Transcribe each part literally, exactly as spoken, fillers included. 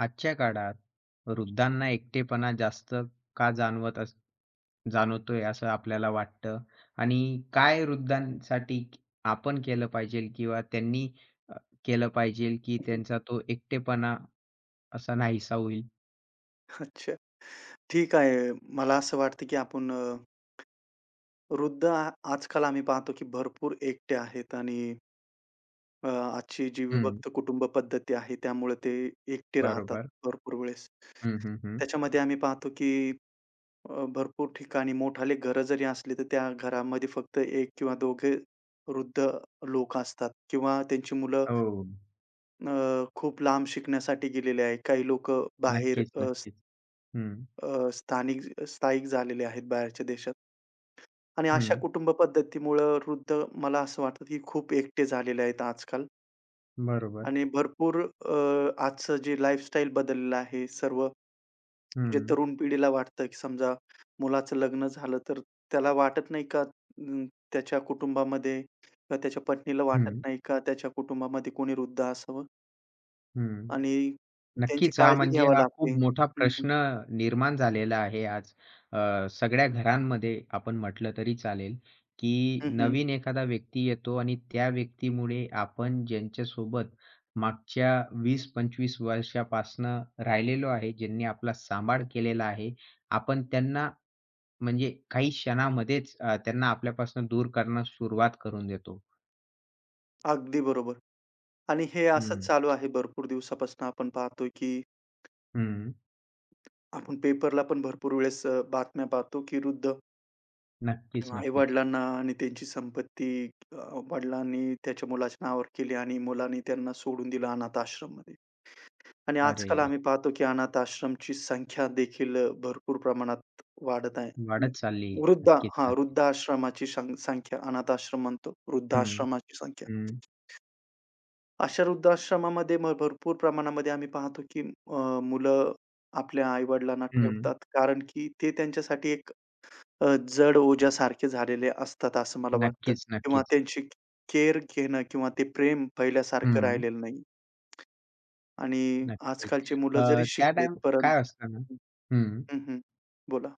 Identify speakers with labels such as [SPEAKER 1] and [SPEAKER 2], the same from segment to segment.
[SPEAKER 1] आजच्या काळात वृद्धांना एकटेपणा जास्त का जाणवत अस जाणवतोय असं आपल्याला वाटतं? आणि काय वृद्धांसाठी आपण केलं पाहिजे किंवा त्यांनी अ, केलं पाहिजे की त्यांचा तो एकटेपणा असा नाहीसा होईल?
[SPEAKER 2] अच्छा. ठीक आहे. मला असं वाटतं, की आपण अ, वृद्ध आ आजकाल आम्ही पाहतो, की भरपूर एकटे आहेत आणि अ, आजची जी
[SPEAKER 1] हं,
[SPEAKER 2] विभक्त कुटुंब पद्धती आहे, त्यामुळे ते एकटे राहतात
[SPEAKER 1] बरोबर.
[SPEAKER 2] भरपूर वेळेस.
[SPEAKER 1] हं, हं, हं.
[SPEAKER 2] त्याच्यामध्ये आम्ही पाहतो, की अ, भरपूर ठिकाणी मोठाले घरं जरी असली, तर त्या घरामध्ये फक्त एक किंवा 2घे वृद्ध लोक असतात किंवा त्यांची मुलं
[SPEAKER 1] हो.
[SPEAKER 2] अ, खूप लांब शिकण्यासाठी गेलेली आहे. काही लोकं बाहेर
[SPEAKER 1] नक्कीच,
[SPEAKER 2] अ, स-
[SPEAKER 1] नक्कीच. हं,
[SPEAKER 2] अ, स्थानिक स्थायिक झालेले आहेत बाहेरच्या देशात. आणि अशा
[SPEAKER 1] हं.
[SPEAKER 2] कुटुंब पद्धतीमुळं वृद्ध मला असं वाटतं, की खूप एकटे झालेले आहेत आजकाल.
[SPEAKER 1] बरोबर.
[SPEAKER 2] आणि भरपूर अ, आजचं जे लाईफस्टाईल बदललेलं आहे सर्व
[SPEAKER 1] हं,
[SPEAKER 2] जे तरुण पिढीला वाटतं, की समजा मुलाचं लग्न झालं, तर त्याला वाटत नाही का अं, त्याच्या कुटुंबामध्ये किंवा त्याच्या पत्नीला वाटत
[SPEAKER 1] हं,
[SPEAKER 2] नाही का त्याच्या कुटुंबामध्ये कोणी वृद्ध असावं
[SPEAKER 1] हं.
[SPEAKER 2] आणि त्यांची
[SPEAKER 1] नक्कीच. हा
[SPEAKER 2] काळजी
[SPEAKER 1] म्हणजे
[SPEAKER 2] घ्यावी
[SPEAKER 1] हा खूप
[SPEAKER 2] लागते.
[SPEAKER 1] मोठा
[SPEAKER 2] हं, हं.
[SPEAKER 1] प्रश्न निर्माण झालेला आहे आज. अ, सगळ्या घरांमध्ये आपण म्हटलं तरी चालेल, की
[SPEAKER 2] हं, हं.
[SPEAKER 1] नवीन एखादा व्यक्ती येतो आणि त्या व्यक्तीमुळे आपण ज्यांच्यासोबत मागच्या वीस पंचवीस वर्षापासनं राहिलेलो आहे, ज्यांनी आपला सांभाळ केलेला आहे, आपण त्यांना म्हणजे काही क्षणामध्येच अ, त्यांना आपल्यापासून दूर करण्यास सुरुवात करून देतो.
[SPEAKER 2] अगदी बरोबर. आणि हे असंच
[SPEAKER 1] हं,
[SPEAKER 2] चालू आहे भरपूर दिवसापासून आपण पाहतोय, की
[SPEAKER 1] हं.
[SPEAKER 2] आपण पेपरला पण भरपूर वेळेस अ, बातम्या पाहतो, की वृद्ध
[SPEAKER 1] नक्कीच, नक्कीच.
[SPEAKER 2] आई-वडिलांना आणि त्यांची संपत्ती अ, वडिलांनी त्याच्या मुलाच्या नावावर केली आणि मुलांनी त्यांना सोडून दिलं अनाथ आश्रममध्ये. आणि
[SPEAKER 1] अरे!
[SPEAKER 2] आजकाल आम्ही पाहतो, की अनाथ आश्रमची संख्या देखील अ, भरपूर प्रमाणात वाढत आहे.
[SPEAKER 1] वाढत चालली आहे.
[SPEAKER 2] वृद्ध,
[SPEAKER 1] नक्कीच,
[SPEAKER 2] हां,
[SPEAKER 1] नक्कीच.
[SPEAKER 2] वृद्धाश्रमाची सं संख्या, अनाथ आश्रम म्हणतो,
[SPEAKER 1] हं,
[SPEAKER 2] वृद्धाश्रमाची संख्या.
[SPEAKER 1] हं,
[SPEAKER 2] अशा वृद्धाश्रमामध्ये मग भरपूर प्रमाणामध्ये आम्ही पाहतो, की अ, मुलं आपल्या आई-वडिलांना
[SPEAKER 1] हं.
[SPEAKER 2] ठेवतात, कारण की ते त्यांच्यासाठी एक अ, जड ओझ्यासारखे झालेले असतात असं मला वाटतं
[SPEAKER 1] नक्कीच,
[SPEAKER 2] किंवा
[SPEAKER 1] नक्कीच.
[SPEAKER 2] त्यांची केअर घेणं किंवा ते प्रेम पहिल्यासारखं
[SPEAKER 1] हं,
[SPEAKER 2] राहिलेलं नाही. आणि
[SPEAKER 1] नक्कीच.
[SPEAKER 2] आजकालची मुलं
[SPEAKER 1] अ,
[SPEAKER 2] जरी
[SPEAKER 1] त्या
[SPEAKER 2] शिकलेत,
[SPEAKER 1] टाईम
[SPEAKER 2] परंतु
[SPEAKER 1] काय असतं ना हं.
[SPEAKER 2] हं, हं. बोला.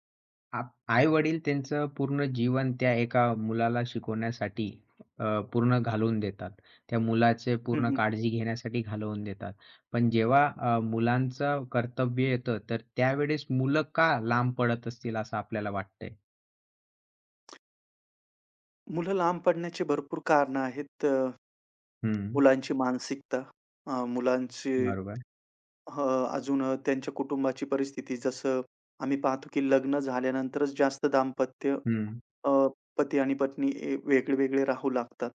[SPEAKER 1] आप आई-वडील त्यांचं पूर्ण जीवन त्या एका मुलाला शिकवण्यासाठी अ, पूर्ण घालवून देतात. त्या मुलाचे
[SPEAKER 2] हं,
[SPEAKER 1] पूर्ण
[SPEAKER 2] हं.
[SPEAKER 1] काळजी घेण्यासाठी घालवून देतात. पण जेव्हा अ, मुलांचं कर्तव्य येतं, तर त्यावेळेस मुलं का लांब पडत असतील असं आपल्याला वाटतंय?
[SPEAKER 2] मुलं लांब पडण्याची भरपूर कारणं आहेत. अ,
[SPEAKER 1] हं,
[SPEAKER 2] मुलांची मानसिकता, अ, मुलांची
[SPEAKER 1] बरोबर.
[SPEAKER 2] अ, अजून अ, त्यांच्या कुटुंबाची परिस्थिती. जसं आम्ही पाहतो की लग्न झाल्यानंतरच जास्त दाम्पत्य,
[SPEAKER 1] हं,
[SPEAKER 2] अ, पती आणि पत्नी ए वेगळे-वेगळे राहू लागतात.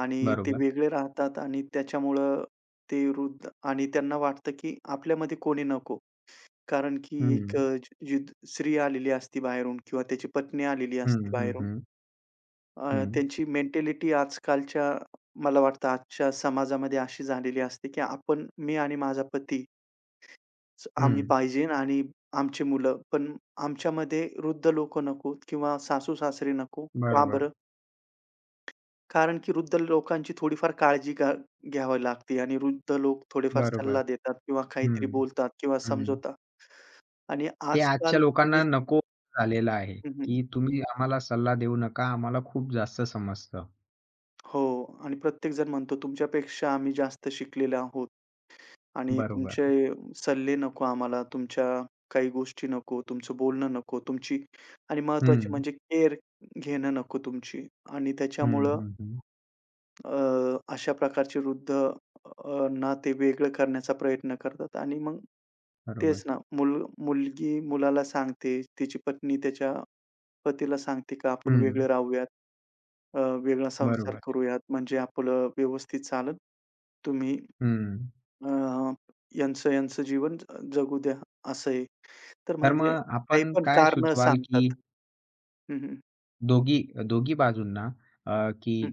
[SPEAKER 2] आणि ते
[SPEAKER 1] बरोबर.
[SPEAKER 2] वेगळे राहतात आणि त्याच्यामुळं ते वृद्ध, आणि त्यांना वाटतं, की आपल्यामध्ये कोणी नको. कारण की एक
[SPEAKER 1] हं,
[SPEAKER 2] अ, जिद स्त्री आलेली असती बाहेरून किंवा त्याची पत्नी आलेली
[SPEAKER 1] हं,
[SPEAKER 2] असते
[SPEAKER 1] हं,
[SPEAKER 2] बाहेरून.
[SPEAKER 1] हं,
[SPEAKER 2] अ,
[SPEAKER 1] हं,
[SPEAKER 2] त्यांची मेंटॅलिटी आजकालच्या, मला वाटतं आजच्या समाजामध्ये अशी झालेली असते, की आपण, मी आणि माझा पती, च- आम्ही
[SPEAKER 1] हं.
[SPEAKER 2] पाहिजे आणि आमची मुलं. पण आमच्यामध्ये वृद्ध लोकं नकोत किंवा सासू-सासरे नको. का
[SPEAKER 1] बरोबर.
[SPEAKER 2] बरं? कारण की वृद्ध लोकांची थोडीफार काळजी घ्या घ्यावी लागते आणि वृद्ध लोक थोडेफार
[SPEAKER 1] बरोबर.
[SPEAKER 2] सल्ला देतात किंवा
[SPEAKER 1] हं,
[SPEAKER 2] काहीतरी बोलतात किंवा
[SPEAKER 1] हं.
[SPEAKER 2] समजवतात. आणि
[SPEAKER 1] ते आजच्या
[SPEAKER 2] आजकाल
[SPEAKER 1] लोकांना
[SPEAKER 2] कोणीच,
[SPEAKER 1] नको झालेलं आहे,
[SPEAKER 2] हं,
[SPEAKER 1] की तुम्ही आम्हाला सल्ला देऊ नका, आम्हाला खूप जास्त समजतं.
[SPEAKER 2] हो, आणि प्रत्येकजण म्हणतो, "तुमच्यापेक्षा आम्ही जास्त शिकलेले आहोत आणि
[SPEAKER 1] बरोबर.
[SPEAKER 2] तुमचे सल्ले नको आम्हाला, तुमच्या काही गोष्टी नको, तुमचं बोलणं नको, तुमची आणि महत्त्वाची
[SPEAKER 1] हं,
[SPEAKER 2] म्हणजे केअर घेणं नको तुमची." आणि
[SPEAKER 1] हं,
[SPEAKER 2] त्याच्यामुळं
[SPEAKER 1] हं, हं.
[SPEAKER 2] अ, अशा प्रकारचे वृद्ध अ, ना ते वेगळं करण्याचा प्रयत्न करतात. आणि मग तेच
[SPEAKER 1] बरोबर.
[SPEAKER 2] ना, मुल मुलगी मुलाला सांगते, तिची पत्नी त्याच्या पतीला सांगते का आपण
[SPEAKER 1] हं,
[SPEAKER 2] वेगळे राहूयात, अ, वेगळा संसार
[SPEAKER 1] बरोबर.
[SPEAKER 2] करूयात, म्हणजे आपलं व्यवस्थित चालेल. तुम्ही
[SPEAKER 1] हं.
[SPEAKER 2] अ, यांचं-यांचं जीवन ज जगू द्या, असं आहे. तर
[SPEAKER 1] तर
[SPEAKER 2] म्हणजे
[SPEAKER 1] मग
[SPEAKER 2] काही
[SPEAKER 1] आपण
[SPEAKER 2] पण
[SPEAKER 1] काय
[SPEAKER 2] कारणं
[SPEAKER 1] सुचवाल,
[SPEAKER 2] सांगतात.
[SPEAKER 1] की
[SPEAKER 2] हं, हं.
[SPEAKER 1] दोघी दोघी बाजूंना अ, की
[SPEAKER 2] हं.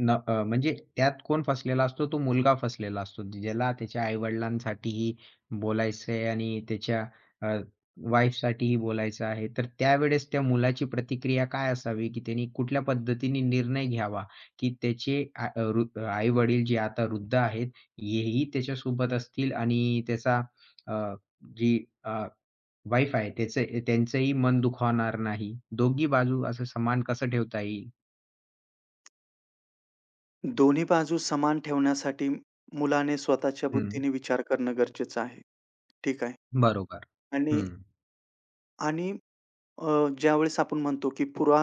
[SPEAKER 1] न अ, म्हणजे त्यात कोण फसलेला असतो? तो मुलगा फसलेला असतो. ज्याला त्याच्या आई बोलायचं आहे आणि त्याच्या अ, वाईफसाठीही बोलायचं आहे. तर त्यावेळेस त्या मुलाची प्रतिक्रिया काय असावी, की त्यांनी कुठल्या पद्धतीने निर्णय घ्यावा, की त्याचे आई-वडील जे आता वृद्ध आहेत, हेही त्याच्यासोबत असतील आणि त्याचा अ, जी अ, वाईफ आहे त्याचं त्यांचंही मन दुखावणार नाही. दोघी बाजू असं समान कसं ठेवता येईल?
[SPEAKER 2] दोन्ही बाजू समान ठेवण्यासाठी मुलाने स्वतःच्या
[SPEAKER 1] हं.
[SPEAKER 2] बुद्धीने विचार करणं गरजेचं आहे. ठीक आहे.
[SPEAKER 1] बरोबर.
[SPEAKER 2] आणि
[SPEAKER 1] हं.
[SPEAKER 2] आणि अ, ज्यावेळेस आपण म्हणतो, की पुरा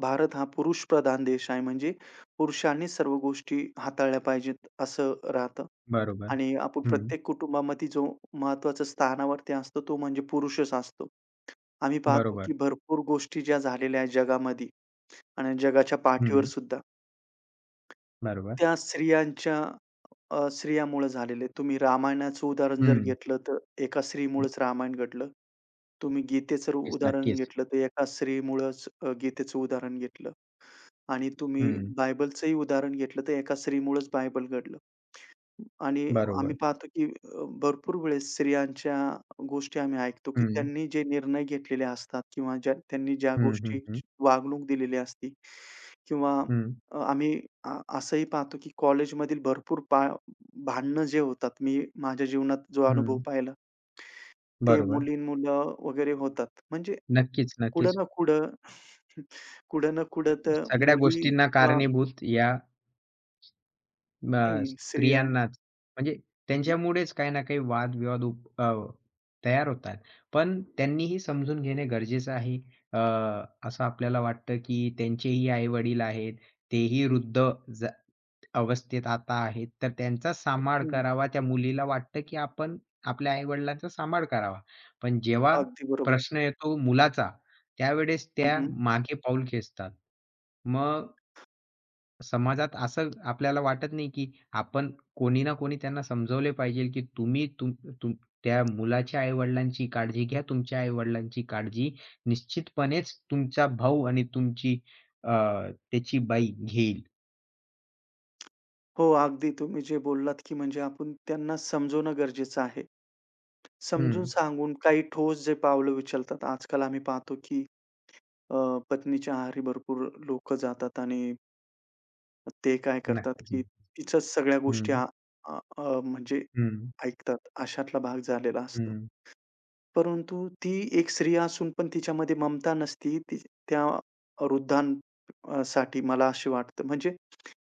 [SPEAKER 2] भारत हा पुरुषप्रधान देश आहे. म्हणजे पुरुषांनीच सर्व गोष्टी हाताळल्या पाहिजेत असं राहतं.
[SPEAKER 1] बरोबर.
[SPEAKER 2] आणि आपण
[SPEAKER 1] हं.
[SPEAKER 2] प्रत्येक कुटुंबामध्ये जो महत्त्वाच्या स्थानावरती असतो तो म्हणजे पुरुषच असतो. आम्ही पाहतो,
[SPEAKER 1] बरोबर.
[SPEAKER 2] की भरपूर गोष्टी ज्या झालेल्या आहेत जगामध्ये आणि जगाच्या पाठीवर
[SPEAKER 1] हं.
[SPEAKER 2] सुद्धा,
[SPEAKER 1] बरोबर.
[SPEAKER 2] त्या स्त्रियांच्या, अ, स्त्रियामुळे झालेले आहे. तुम्ही रामायणाचं उदाहरण जर
[SPEAKER 1] हं.
[SPEAKER 2] घेतलं, तर एका स्त्रीमुळेच रामायण घडलं. तुम्ही गीतेचं र-
[SPEAKER 1] नक्कीच,
[SPEAKER 2] उदाहरण
[SPEAKER 1] नक्कीच.
[SPEAKER 2] घेतलं, तर एका स्त्रीमुळेच अ, गीतेचं उदाहरण घेतलं. आणि तुम्ही
[SPEAKER 1] हं.
[SPEAKER 2] बायबलचंही उदाहरण घेतलं, तर एका स्त्रीमुळेच बायबल घडलं. आणि आम्ही
[SPEAKER 1] बरोबर.
[SPEAKER 2] पाहतो, की अ, भरपूर वेळेस स्त्रियांच्या गोष्टी आम्ही ऐकतो, की
[SPEAKER 1] हं.
[SPEAKER 2] त्यांनी जे निर्णय घेतलेले असतात किंवा ज्या त्यांनी ज्या
[SPEAKER 1] हं, हं, हं.
[SPEAKER 2] गोष्टीची वागणूक दिलेली असते किंवा
[SPEAKER 1] हं.
[SPEAKER 2] अ, आम्ही अ, असंही पाहतो, की कॉलेजमधील भरपूर पा भांडणं जे होतात, मी माझ्या जीवनात जो अनुभव
[SPEAKER 1] हं.
[SPEAKER 2] पाहिला, ते
[SPEAKER 1] बरोबर.
[SPEAKER 2] मुली-मुलं वगैरे होतात. म्हणजे
[SPEAKER 1] नक्कीच,
[SPEAKER 2] कुठं
[SPEAKER 1] नक्कीच.
[SPEAKER 2] ना कुठं कुठं ना कुठं तर
[SPEAKER 1] सगळ्या
[SPEAKER 2] मुली
[SPEAKER 1] गोष्टींना
[SPEAKER 2] किंवा
[SPEAKER 1] कारणीभूत या
[SPEAKER 2] हं,
[SPEAKER 1] अ,
[SPEAKER 2] स्त्रिया.
[SPEAKER 1] स्त्रियांनाच म्हणजे त्यांच्यामुळेच काही ना काही वाद-विवाद उप अ, तयार होतात. पण त्यांनीही समजून घेणे गरजेचं आहे. अ, असं आपल्याला वाटतं, की त्यांचेही आई-वडील आहेत. तेही वृद्ध जा अवस्थेत आता आहेत, तर त्यांचा सांभाळ
[SPEAKER 2] हं,
[SPEAKER 1] करावा. त्या मुलीला वाटतं, की आपण आपल्या आई-वडिलांचा सांभाळ करावा. पण जेव्हा
[SPEAKER 2] अगदी बरोबर.
[SPEAKER 1] प्रश्न येतो
[SPEAKER 2] हं,
[SPEAKER 1] मुलाचा, त्यावेळेस त्या
[SPEAKER 2] हं.
[SPEAKER 1] मागे पाऊल खेचतात. मग समाजात असं आपल्याला वाटत नाही, की आपण कोणी ना कोणी त्यांना समजवले पाहिजे, की तुम्ही तुम तुम त्या मुलाच्या आई-वडिलांची काळजी घ्या. तुमच्या आई-वडिलांची काळजी निश्चितपणेच तुमचा भाऊ आणि तुमची अ, त्याची बाई घेईल.
[SPEAKER 2] हो, अगदी तुम्ही जे बोललात, की म्हणजे आपण त्यांना समजवणं गरजेचं आहे. समजून
[SPEAKER 1] हं.
[SPEAKER 2] सांगून काही ठोस जे पावलं उचलतात. आजकाल आम्ही पाहतो, की अ, पत्नीच्या आहारी भरपूर लोकं जातात आणि ते काय करतात,
[SPEAKER 1] नक्कीच.
[SPEAKER 2] की तिच्याच सगळ्या
[SPEAKER 1] हं.
[SPEAKER 2] गोष्टी आ अ, अ, म्हणजे
[SPEAKER 1] हं,
[SPEAKER 2] ऐकतात. अशातला भाग झालेला असतो.
[SPEAKER 1] हं.
[SPEAKER 2] परंतु ती एक स्त्री असून पण तिच्यामध्ये ममता नसती. ती त्या वृद्धां अ, साठी, मला असे वाटतं. म्हणजे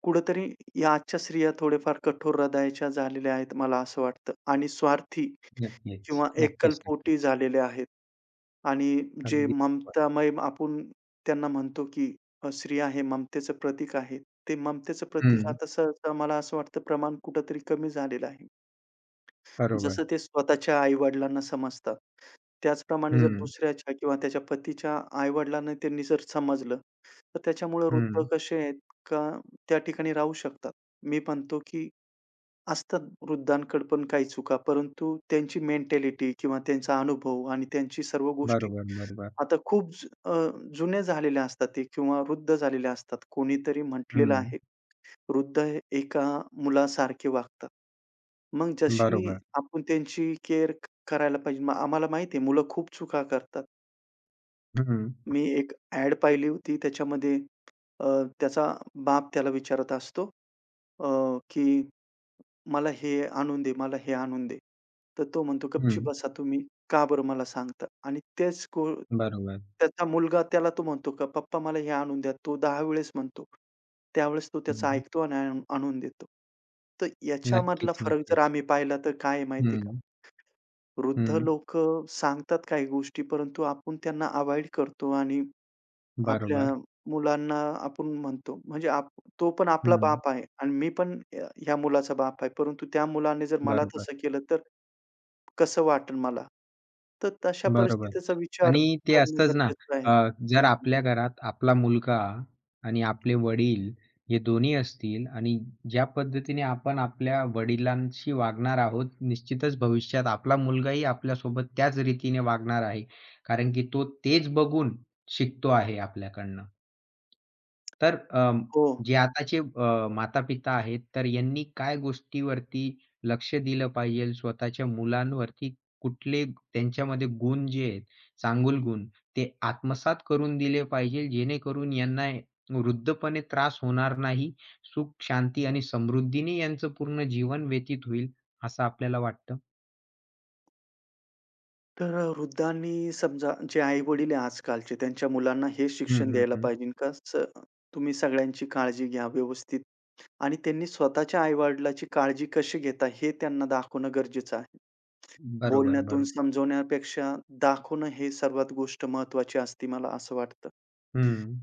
[SPEAKER 2] कुठेतरी या आजच्या स्त्रिया थोड्याफार कठोर हृदयाच्या झालेल्या आहेत मला असं वाटतं आणि स्वार्थी
[SPEAKER 1] नक्कीच,
[SPEAKER 2] किंवा
[SPEAKER 1] नक्कीच,
[SPEAKER 2] एकलपोटी
[SPEAKER 1] नक्कीच.
[SPEAKER 2] झालेल्या आहेत. आणि जे
[SPEAKER 1] अगदी बरोबर.
[SPEAKER 2] ममतामय आपण त्यांना म्हणतो, की अ, स्त्रिया हे ममतेचं प्रतीक आहे. ते ममतेचं प्रतीक
[SPEAKER 1] हं,
[SPEAKER 2] आता सहसा मला असं वाटतं प्रमाण कुठेतरी कमी झालेलं आहे.
[SPEAKER 1] बरोबर.
[SPEAKER 2] जसं ते स्वतःच्या आई-वडिलांना समजतात, त्याचप्रमाणे जर
[SPEAKER 1] हं,
[SPEAKER 2] दुसऱ्याच्या किंवा त्याच्या पतीच्या आई-वडिलांना त्यांनी जर समजलं, तर त्याच्यामुळे वृद्ध
[SPEAKER 1] हं.
[SPEAKER 2] कसे आहेत का त्या ठिकाणी राहू शकतात. मी म्हणतो की असतात वृद्धांकडे पण काही चुका, परंतु त्यांची मेंटॅलिटी किंवा त्यांचा अनुभव आणि त्यांची सर्व गोष्टी
[SPEAKER 1] बरोबर, बरोबर.
[SPEAKER 2] आता खूप ज अ, जुने झालेल्या असतात ते किंवा वृद्ध झालेले असतात. कोणीतरी म्हटलेलं
[SPEAKER 1] हं,
[SPEAKER 2] आहे, वृद्ध एका मुलासारखे वागतात. मग जशी
[SPEAKER 1] बरोबर.
[SPEAKER 2] आपण त्यांची केअर करायला पाहिजे. मग आम्हाला माहिती आहे, मुलं खूप चुका करतात.
[SPEAKER 1] हं,
[SPEAKER 2] मी एक ॲड पाहिली होती, त्याच्यामध्ये अ, त्याचा बाप त्याला विचारत असतो, अ, की "मला हे आणून दे, मला हे आणून दे." तर तो म्हणतो, "गपचूप
[SPEAKER 1] हं.
[SPEAKER 2] बसा तुम्ही, का बरं मला सांगता?" आणि तेच गो
[SPEAKER 1] बरोबर.
[SPEAKER 2] त्याचा मुलगा त्याला तो म्हणतो का "पप्पा मला हे आणून द्या." तो दहा वेळेस म्हणतो. त्यावेळेस तो त्याचं
[SPEAKER 1] हं.
[SPEAKER 2] ऐकतो आणि आणून आणून देतो. तर याच्यामधला
[SPEAKER 1] नक्कीच,
[SPEAKER 2] फरक जर
[SPEAKER 1] नक्कीच.
[SPEAKER 2] आम्ही पाहिला तर काय आहे माहिती आहे का?
[SPEAKER 1] हं,
[SPEAKER 2] वृद्ध
[SPEAKER 1] हं.
[SPEAKER 2] लोकं सांगतात काही गोष्टी, परंतु आपण त्यांना अव्हॉइड करतो आणि आपल्या
[SPEAKER 1] बरोबर.
[SPEAKER 2] मुलांना आपण म्हणतो. म्हणजे आप तो पण आपला
[SPEAKER 1] हं.
[SPEAKER 2] बाप आहे आणि मी पण अ, ह्या मुलाचा बाप आहे. परंतु त्या मुलाने जर मला
[SPEAKER 1] बरोबर,
[SPEAKER 2] तसं केलं, तर कसं वाटेल मला? तर तशा
[SPEAKER 1] बरोबर.
[SPEAKER 2] परिस्थितीचा विचार
[SPEAKER 1] आणि ते
[SPEAKER 2] करणं
[SPEAKER 1] असतंच ना,
[SPEAKER 2] गरजेचं आहे.
[SPEAKER 1] अ, जर
[SPEAKER 2] हं,
[SPEAKER 1] आपल्या घरात आपला मुलगा आणि आपले वडील हे दोन्ही असतील आणि ज्या पद्धतीने आपण आपल्या वडिलांशी वागणार आहोत, निश्चितच भविष्यात आपला मुलगाही आपल्यासोबत त्याच रीतीने वागणार आहे. कारण की तो तेच बघून शिकतो आहे आपल्याकडनं. तर अ,
[SPEAKER 2] हो.
[SPEAKER 1] जे आताचे माता-पिता आहेत, तर यांनी काय गोष्टीवरती लक्ष दिलं पाहिजे? स्वतःच्या मुलांवरती कुठले त्यांच्यामध्ये गुण जे आहेत चांगुल गुण. ते आत्मसात करून दिले पाहिजे जेणेकरून यांना वृद्धपणे त्रास होणार नाही. सुख, शांती आणि समृद्धीने यांचं पूर्ण जीवन व्यतीत होईल, असं आपल्याला वाटतं.
[SPEAKER 2] तर अ, वृद्धांनी समजा जे आई-वडील आजकालचे, त्यांच्या मुलांना हे
[SPEAKER 1] हं,
[SPEAKER 2] शिक्षण
[SPEAKER 1] हं,
[SPEAKER 2] द्यायला
[SPEAKER 1] हं.
[SPEAKER 2] पाहिजे का स तुम्ही सगळ्यांची काळजी घ्या व्यवस्थित. आणि त्यांनी स्वतःच्या आई-वडिलांची काळजी कशी घेता हे त्यांना दाखवणं गरजेचं आहे.
[SPEAKER 1] बरोबर,
[SPEAKER 2] बोलण्यातून
[SPEAKER 1] बरोबर.
[SPEAKER 2] समजवण्यापेक्षा दाखवणं हे सर्वात गोष्ट महत्त्वाची असते मला असं वाटतं.
[SPEAKER 1] हं.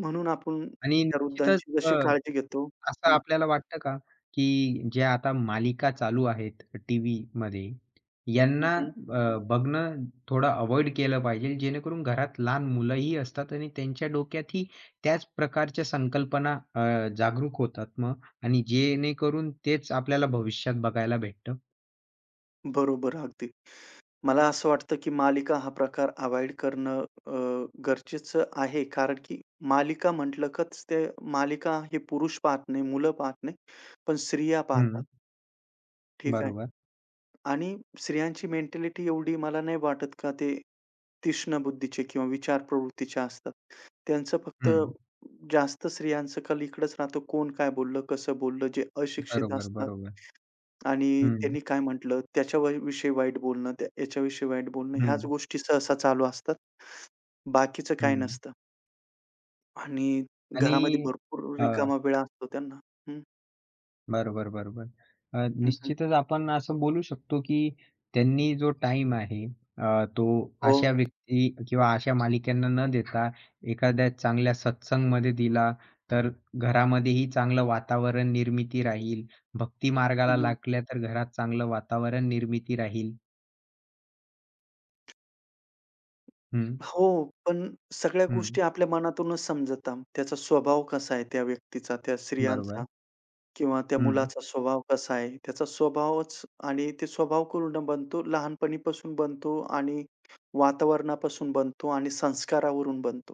[SPEAKER 2] म्हणून आपण
[SPEAKER 1] आणि
[SPEAKER 2] त्या
[SPEAKER 1] निश्चितच
[SPEAKER 2] वृद्धांची
[SPEAKER 1] अ
[SPEAKER 2] जशी काळजी घेतो.
[SPEAKER 1] असं
[SPEAKER 2] हं,
[SPEAKER 1] आपल्याला वाटतं का, की ज्या आता मालिका चालू आहेत टीव्हीमध्ये,
[SPEAKER 2] हं,
[SPEAKER 1] यांना
[SPEAKER 2] हं.
[SPEAKER 1] अ, बघणं थोडं अव्हॉइड केलं पाहिजे, जेणेकरून घरात लहान मुलंही असतात आणि त्यांच्या डोक्यातही त्याच प्रकारच्या संकल्पना अ, जागरूक होतात मग आणि जेणेकरून तेच आपल्याला भविष्यात बघायला भेटतं.
[SPEAKER 2] बरोबर अगदी. मला असं वाटतं, की मालिका हा प्रकार अव्हॉइड करणं अ, गरजेचं आहे. कारण की मालिका म्हटलं कच ते मालिका हे पुरुष पाहत नाही, मुलं पाहत नाही, पण स्त्रिया पाहतात.
[SPEAKER 1] हं,
[SPEAKER 2] ठीक आहे.
[SPEAKER 1] बरोबर.
[SPEAKER 2] आणि स्त्रियांची मेंटॅलिटी एवढी मला नाही वाटत का ते तीक्ष्ण बुद्धीचे किंवा विचार प्रवृत्तीच्या असतात. त्यांचं फक्त
[SPEAKER 1] हं,
[SPEAKER 2] जास्त स्त्रियांचं कल इकडंच राहतं, कोण काय बोललं, कसं बोललं, जे अशिक्षित
[SPEAKER 1] बरोबर,
[SPEAKER 2] असतात.
[SPEAKER 1] बरोबर.
[SPEAKER 2] आणि
[SPEAKER 1] हं,
[SPEAKER 2] त्यांनी काय म्हटलं, त्याच्या वय विषयी वाईट बोलणं, त्या याच्याविषयी वाईट बोलणं,
[SPEAKER 1] हं,
[SPEAKER 2] ह्याच गोष्टी सहसा चालू असतात. बाकीचं काही
[SPEAKER 1] हं.
[SPEAKER 2] नसतं. आणि
[SPEAKER 1] आणि
[SPEAKER 2] घरामध्ये भरपूर रिकामा वेळ असतो त्यांना. हं,
[SPEAKER 1] बरोबर, बरोबर. अ,
[SPEAKER 2] हं, हं.
[SPEAKER 1] निश्चितच आपण असं बोलू शकतो, की त्यांनी जो टाइम आहे अ, तो
[SPEAKER 2] हो.
[SPEAKER 1] अशा व्यक्ती किंवा अशा मालिकांना न देता एखाद्या चांगल्या सत्संगमध्ये दिला, तर घरामध्येही चांगलं वातावरण निर्मिती राहील. भक्ती मार्गाला
[SPEAKER 2] हं, हं.
[SPEAKER 1] लागल्या, तर घरात चांगलं वातावरण निर्मिती राहील. हं,
[SPEAKER 2] हो, पण सगळ्या
[SPEAKER 1] हं.
[SPEAKER 2] गोष्टी आपल्या मनातूनच समजतात. त्याचा स्वभाव कसा आहे त्या व्यक्तीचा, त्या स्त्रियांचा
[SPEAKER 1] बरोबर.
[SPEAKER 2] किंवा त्या
[SPEAKER 1] हं,
[SPEAKER 2] मुलाचा स्वभाव कसा आहे. त्याचा स्वभावच, आणि ते स्वभाव कुठून बनतो, लहानपणीपासून बनतो आणि वातावरणापासून बनतो आणि संस्कारावरून बनतो.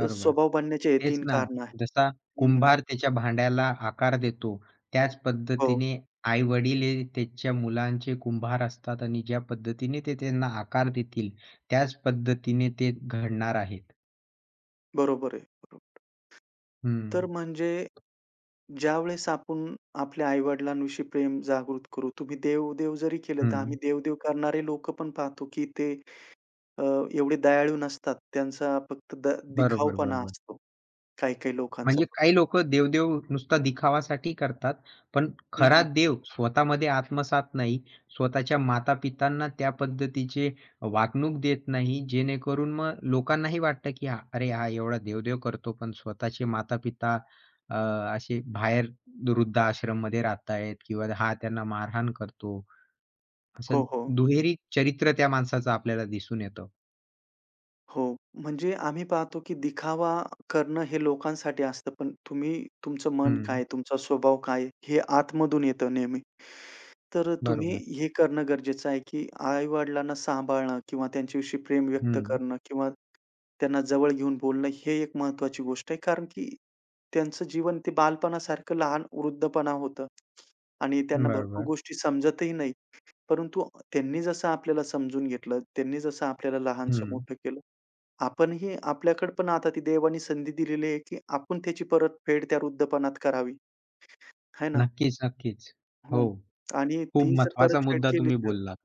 [SPEAKER 2] तर स्वभाव बनण्याचे हे
[SPEAKER 1] तेच
[SPEAKER 2] तीन
[SPEAKER 1] ना,
[SPEAKER 2] कारणं आहेत.
[SPEAKER 1] जसा
[SPEAKER 2] हं, हं.
[SPEAKER 1] कुंभार त्याच्या भांड्याला आकार देतो, त्याच
[SPEAKER 2] हो,
[SPEAKER 1] पद्धतीने आई-वडील हे त्याच्या मुलांचे कुंभार असतात आणि ज्या पद्धतीने ते त्यांना आकार देतील, त्याच पद्धतीने ते घडणार आहेत.
[SPEAKER 2] बरोबर आहे. बरोबर.
[SPEAKER 1] हं,
[SPEAKER 2] तर म्हणजे ज्यावेळेस आपण आपल्या आई-वडिलांविषयी प्रेम जागृत करू, तुम्ही देव-देव जरी केलं, तर आम्ही
[SPEAKER 1] हं.
[SPEAKER 2] देव-देव करणारे लोक पण पाहतो, की ते अ, एवढे दयाळू नसतात. त्यांचा फक्त द
[SPEAKER 1] बरोबर,
[SPEAKER 2] दिखाऊपणा
[SPEAKER 1] बरोबर.
[SPEAKER 2] असतो काही-काही लोकांचा.
[SPEAKER 1] म्हणजे काही लोकं देवदेव नुसता दिखावासाठी करतात, पण
[SPEAKER 2] हं,
[SPEAKER 1] खरा
[SPEAKER 2] हं.
[SPEAKER 1] देव स्वतःमध्ये आत्मसात नाही. स्वतःच्या माता-पितांना त्या पद्धतीचे वागणूक देत नाही, जेणेकरून मग लोकांनाही वाटतं, की हा- "अरे, हा एवढा देवदेव करतो, पण स्वतःचे माता-पिता अ, असे बाहेर वृद्धाश्रममध्ये राहतायत किंवा हा त्यांना मारहाण करतो." असं
[SPEAKER 2] हो, हो.
[SPEAKER 1] दुहेरी चरित्र त्या माणसाचं आपल्याला दिसून येतं.
[SPEAKER 2] हो. म्हणजे आम्ही पाहतो, की दिखावा करणं हे लोकांसाठी असतं, पण तुम्ही, तुमचं मन
[SPEAKER 1] हं,
[SPEAKER 2] काय, तुमचा स्वभाव काय, हे आतमधून येतं नेहमी. तर तुम्ही
[SPEAKER 1] बरोबर.
[SPEAKER 2] हे करणं गरजेचं आहे, की आई-वडिलांना सांभाळणं किंवा त्यांच्याविषयी प्रेम व्यक्त
[SPEAKER 1] हं,
[SPEAKER 2] करणं किंवा त्यांना जवळ घेऊन बोलणं, हे एक महत्त्वाची गोष्ट आहे. कारण की त्यांचं जीवन ते बालपणासारखं, लहान वृद्धपणा होतं आणि त्यांना भरपूर
[SPEAKER 1] बरोबर.
[SPEAKER 2] गोष्टी समजतही नाही. परंतु त्यांनी जसं आपल्याला समजून घेतलं, त्यांनी जसं आपल्याला लहानचं
[SPEAKER 1] हं.
[SPEAKER 2] मोठं केलं, आपणही आपल्याकडे पण आता ती देवाने संधी दिलेली आहे, की आपण त्याची परतफेड त्या वृद्धपणात करावी, आहे ना?
[SPEAKER 1] नक्कीच, नक्कीच.
[SPEAKER 2] हो.
[SPEAKER 1] हो.
[SPEAKER 2] आणि ती
[SPEAKER 1] खूप
[SPEAKER 2] जर
[SPEAKER 1] महत्वाचा
[SPEAKER 2] परतफेड
[SPEAKER 1] मुद्दा
[SPEAKER 2] केली
[SPEAKER 1] तुम्ही
[SPEAKER 2] तर
[SPEAKER 1] बोललात.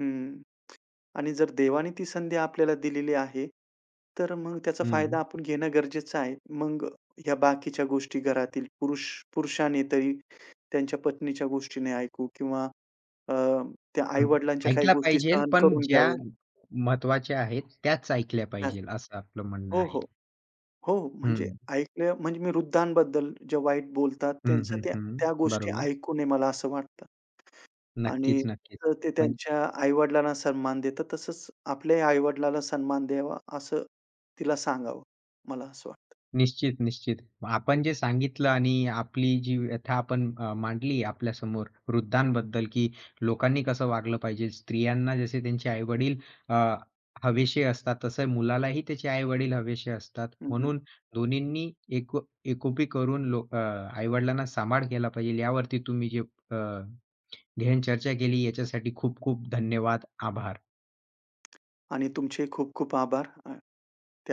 [SPEAKER 2] हं. आणि जर देवाने ती संधी आपल्याला दिलेली आहे, तर मग त्याचा
[SPEAKER 1] हं.
[SPEAKER 2] फायदा आपण घेणं गरजेचं आहे. मग ह्या बाकीच्या गोष्टी घरातील पुरुष पुरुषाने तरी त्यांच्या पत्नीच्या गोष्टी नाही ऐकू किंवा अ, त्या
[SPEAKER 1] हं.
[SPEAKER 2] आई-वडिलांच्या काही
[SPEAKER 1] ऐकला
[SPEAKER 2] गोष्टी
[SPEAKER 1] पाहिजेल,
[SPEAKER 2] सहन
[SPEAKER 1] पण
[SPEAKER 2] करून
[SPEAKER 1] ज्या
[SPEAKER 2] घ्यावे.
[SPEAKER 1] महत्वाच्या आहेत त्याच ऐकल्या
[SPEAKER 2] हां.
[SPEAKER 1] पाहिजेल असं आपलं म्हणणं
[SPEAKER 2] हो,
[SPEAKER 1] आहे.
[SPEAKER 2] हो. हो,
[SPEAKER 1] हं.
[SPEAKER 2] म्हणजे ऐकलं म्हणजे मी वृद्धांबद्दल जे वाईट बोलतात
[SPEAKER 1] हं,
[SPEAKER 2] त्यांचं
[SPEAKER 1] हं,
[SPEAKER 2] त्या त्या
[SPEAKER 1] हं.
[SPEAKER 2] गोष्टी
[SPEAKER 1] बरोबर.
[SPEAKER 2] ऐकू नये मला असं वाटतं. आणि
[SPEAKER 1] नक्कीच, नक्कीच.
[SPEAKER 2] तसं ते
[SPEAKER 1] म्हणजे
[SPEAKER 2] त्यांच्या आई सन्मान देतात, तसंच आपल्याही आई सन्मान द्यावा, असं तिला सांगावं. मला असं वाटतं.
[SPEAKER 1] निश्चित, निश्चित. आपण जे सांगितलं आणि आपली जी व्यथा आपण अ, मांडली आपल्यासमोर वृद्धांबद्दल, की लोकांनी कसं वागलं पाहिजे. स्त्रियांना जसे त्यांचे आई-वडील अ, हवेशीर असतात, तसं मुलालाही त्याचे आई-वडील हवेशीर असतात.
[SPEAKER 2] हं, हं.
[SPEAKER 1] म्हणून दोन्हींनी एको एकोपी करून लो आई-वडिलांना सांभाळ केला पाहिजे. यावरती तुम्ही जे अ, घेऊन चर्चा केली याच्यासाठी खूप खूप धन्यवाद, आभार.
[SPEAKER 2] आणि तुमचे खूप खूप आभार. अ,